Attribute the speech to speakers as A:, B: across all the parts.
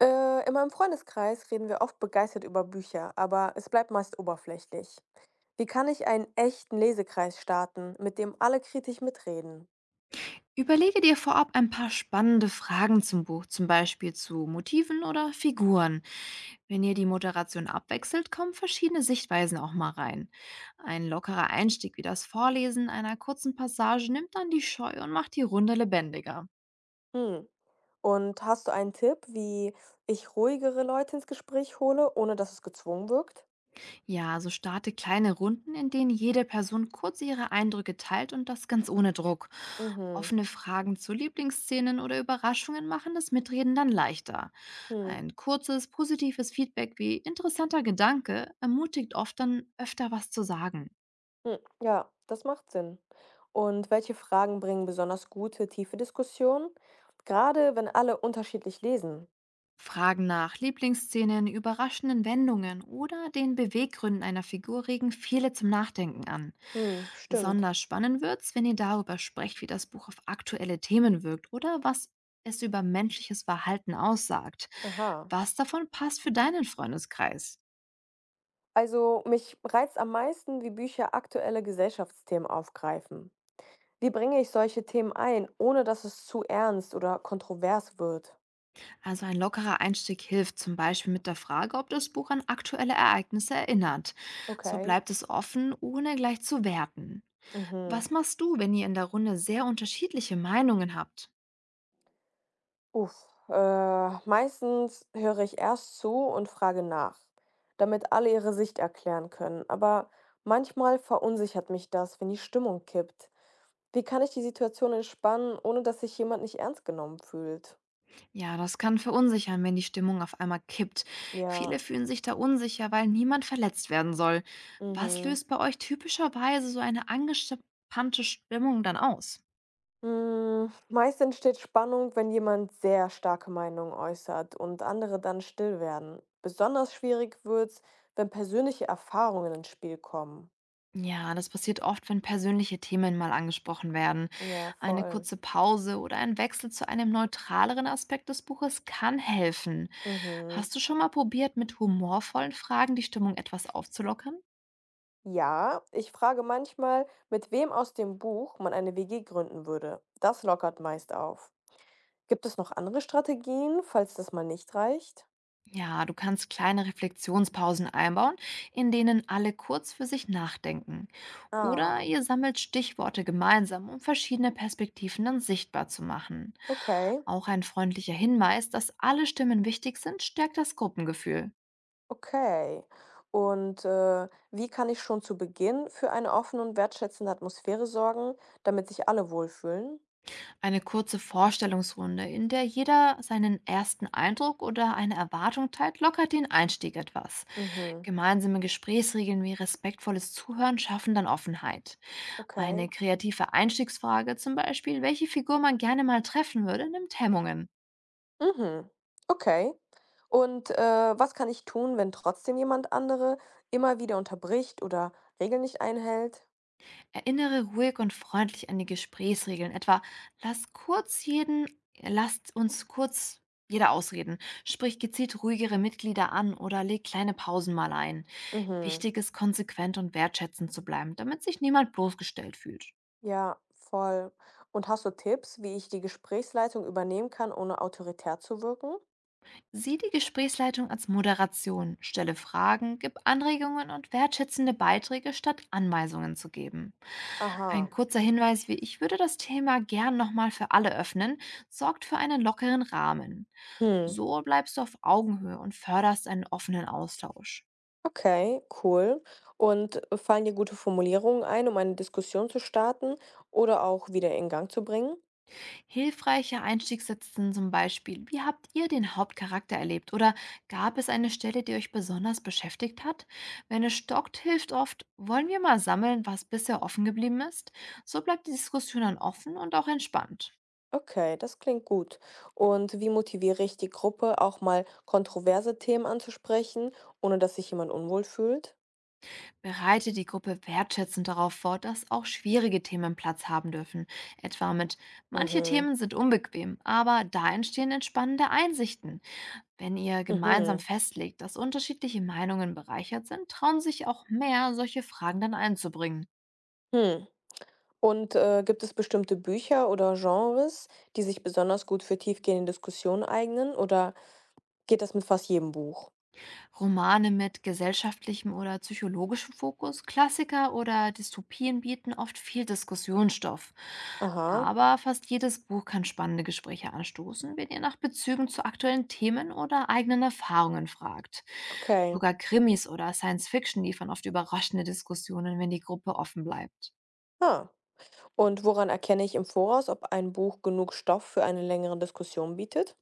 A: In meinem Freundeskreis reden wir oft begeistert über Bücher, aber es bleibt meist oberflächlich. Wie kann ich einen echten Lesekreis starten, mit dem alle kritisch mitreden?
B: Überlege dir vorab ein paar spannende Fragen zum Buch, zum Beispiel zu Motiven oder Figuren. Wenn ihr die Moderation abwechselt, kommen verschiedene Sichtweisen auch mal rein. Ein lockerer Einstieg wie das Vorlesen einer kurzen Passage nimmt dann die Scheu und macht die Runde lebendiger.
A: Hm. Und hast du einen Tipp, wie ich ruhigere Leute ins Gespräch hole, ohne dass es gezwungen wirkt?
B: Ja, also starte kleine Runden, in denen jede Person kurz ihre Eindrücke teilt und das ganz ohne Druck.
A: Mhm.
B: Offene Fragen zu Lieblingsszenen oder Überraschungen machen das Mitreden dann leichter.
A: Hm.
B: Ein kurzes, positives Feedback wie interessanter Gedanke ermutigt oft dann öfter was zu sagen.
A: Hm. Ja, das macht Sinn. Und welche Fragen bringen besonders gute, tiefe Diskussionen? Gerade wenn alle unterschiedlich lesen.
B: Fragen nach Lieblingsszenen, überraschenden Wendungen oder den Beweggründen einer Figur regen viele zum Nachdenken an.
A: Hm, stimmt.
B: Besonders spannend wird's, wenn ihr darüber sprecht, wie das Buch auf aktuelle Themen wirkt oder was es über menschliches Verhalten aussagt.
A: Aha.
B: Was davon passt für deinen Freundeskreis?
A: Also mich reizt am meisten, wie Bücher aktuelle Gesellschaftsthemen aufgreifen. Wie bringe ich solche Themen ein, ohne dass es zu ernst oder kontrovers wird?
B: Also ein lockerer Einstieg hilft, zum Beispiel mit der Frage, ob das Buch an aktuelle Ereignisse erinnert. So
A: Okay.
B: bleibt es offen, ohne gleich zu werten.
A: Mhm.
B: Was machst du, wenn ihr in der Runde sehr unterschiedliche Meinungen habt?
A: Uff. Meistens höre ich erst zu und frage nach, damit alle ihre Sicht erklären können. Aber manchmal verunsichert mich das, wenn die Stimmung kippt. Wie kann ich die Situation entspannen, ohne dass sich jemand nicht ernst genommen fühlt?
B: Ja, das kann verunsichern, wenn die Stimmung auf einmal kippt.
A: Ja.
B: Viele fühlen sich da unsicher, weil niemand verletzt werden soll. Was
A: Mhm.
B: löst bei euch typischerweise so eine angespannte Stimmung dann aus?
A: Hm, meist entsteht Spannung, wenn jemand sehr starke Meinungen äußert und andere dann still werden. Besonders schwierig wird's, wenn persönliche Erfahrungen ins Spiel kommen.
B: Ja, das passiert oft, wenn persönliche Themen mal angesprochen werden.
A: Ja,
B: Eine
A: voll.
B: kurze Pause oder ein Wechsel zu einem neutraleren Aspekt des Buches kann helfen.
A: Mhm.
B: Hast du schon mal probiert, mit humorvollen Fragen die Stimmung etwas aufzulockern?
A: Ja, ich frage manchmal, mit wem aus dem Buch man eine WG gründen würde. Das lockert meist auf. Gibt es noch andere Strategien, falls das mal nicht reicht?
B: Ja, du kannst kleine Reflexionspausen einbauen, in denen alle kurz für sich nachdenken. Oder
A: Ah,
B: ihr sammelt Stichworte gemeinsam, um verschiedene Perspektiven dann sichtbar zu machen.
A: okay.
B: Auch ein freundlicher Hinweis, dass alle Stimmen wichtig sind, stärkt das Gruppengefühl.
A: Okay. Und, wie kann ich schon zu Beginn für eine offene und wertschätzende Atmosphäre sorgen, damit sich alle wohlfühlen?
B: Eine kurze Vorstellungsrunde, in der jeder seinen ersten Eindruck oder eine Erwartung teilt, lockert den Einstieg etwas.
A: Mhm.
B: Gemeinsame Gesprächsregeln wie respektvolles Zuhören schaffen dann Offenheit.
A: Okay.
B: Eine kreative Einstiegsfrage, zum Beispiel, welche Figur man gerne mal treffen würde, nimmt Hemmungen.
A: Mhm. Okay. Und, was kann ich tun, wenn trotzdem jemand andere immer wieder unterbricht oder Regeln nicht einhält?
B: Erinnere ruhig und freundlich an die Gesprächsregeln, etwa lass kurz jeden, lasst uns kurz jeder ausreden, sprich gezielt ruhigere Mitglieder an oder leg kleine Pausen mal ein.
A: Mhm.
B: Wichtig ist, konsequent und wertschätzend zu bleiben, damit sich niemand bloßgestellt fühlt.
A: Ja, voll. Und hast du Tipps, wie ich die Gesprächsleitung übernehmen kann, ohne autoritär zu wirken?
B: Sieh die Gesprächsleitung als Moderation, stelle Fragen, gib Anregungen und wertschätzende Beiträge, statt Anweisungen zu geben. Ein
A: Aha.
B: kurzer Hinweis wie ich würde das Thema gern nochmal für alle öffnen, sorgt für einen lockeren Rahmen.
A: Hm.
B: So bleibst du auf Augenhöhe und förderst einen offenen Austausch.
A: Okay, cool. Und fallen dir gute Formulierungen ein, um eine Diskussion zu starten oder auch wieder in Gang zu bringen?
B: Hilfreiche Einstiegssätze sind zum Beispiel, wie habt ihr den Hauptcharakter erlebt? Oder gab es eine Stelle, die euch besonders beschäftigt hat? Wenn es stockt, hilft oft, wollen wir mal sammeln, was bisher offen geblieben ist? So bleibt die Diskussion dann offen und auch entspannt.
A: Okay, das klingt gut. Und wie motiviere ich die Gruppe, auch mal kontroverse Themen anzusprechen, ohne dass sich jemand unwohl fühlt?
B: Bereite die Gruppe wertschätzend darauf vor, dass auch schwierige Themen Platz haben dürfen. Etwa mit, manche
A: Mhm,
B: Themen sind unbequem, aber da entstehen entspannende Einsichten. Wenn ihr gemeinsam
A: mhm,
B: festlegt, dass unterschiedliche Meinungen bereichert sind, trauen sich auch mehr, solche Fragen dann einzubringen.
A: hm. Und gibt es bestimmte Bücher oder Genres, die sich besonders gut für tiefgehende Diskussionen eignen, oder geht das mit fast jedem Buch?
B: Romane mit gesellschaftlichem oder psychologischem Fokus, Klassiker oder Dystopien bieten oft viel Diskussionsstoff.
A: Aha,
B: Aber fast jedes Buch kann spannende Gespräche anstoßen, wenn ihr nach Bezügen zu aktuellen Themen oder eigenen Erfahrungen fragt.
A: okay.
B: Sogar Krimis oder Science Fiction liefern oft überraschende Diskussionen, wenn die Gruppe offen bleibt.
A: Ah. Und woran erkenne ich im Voraus, ob ein Buch genug Stoff für eine längere Diskussion bietet?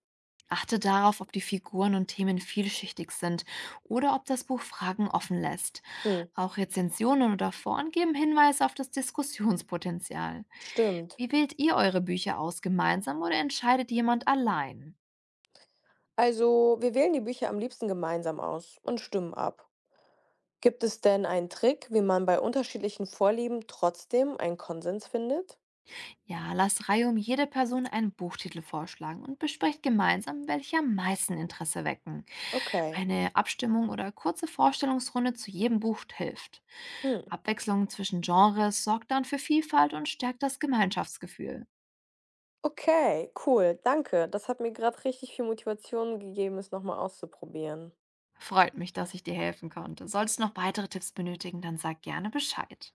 B: Achte darauf, ob die Figuren und Themen vielschichtig sind oder ob das Buch Fragen offen lässt.
A: Hm,
B: Auch Rezensionen oder Foren geben Hinweise auf das Diskussionspotenzial.
A: stimmt.
B: Wie wählt ihr eure Bücher aus, gemeinsam oder entscheidet jemand allein?
A: Also, wir wählen die Bücher am liebsten gemeinsam aus und stimmen ab. Gibt es denn einen Trick, wie man bei unterschiedlichen Vorlieben trotzdem einen Konsens findet?
B: Ja, lasst reihum jede Person einen Buchtitel vorschlagen und besprecht gemeinsam, welche am meisten Interesse wecken.
A: Okay.
B: Eine Abstimmung oder kurze Vorstellungsrunde zu jedem Buch hilft.
A: Hm.
B: Abwechslung zwischen Genres sorgt dann für Vielfalt und stärkt das Gemeinschaftsgefühl.
A: Okay, cool. Danke. Das hat mir gerade richtig viel Motivation gegeben, es nochmal auszuprobieren.
B: Freut mich, dass ich dir helfen konnte. Sollst du noch weitere Tipps benötigen, dann sag gerne Bescheid.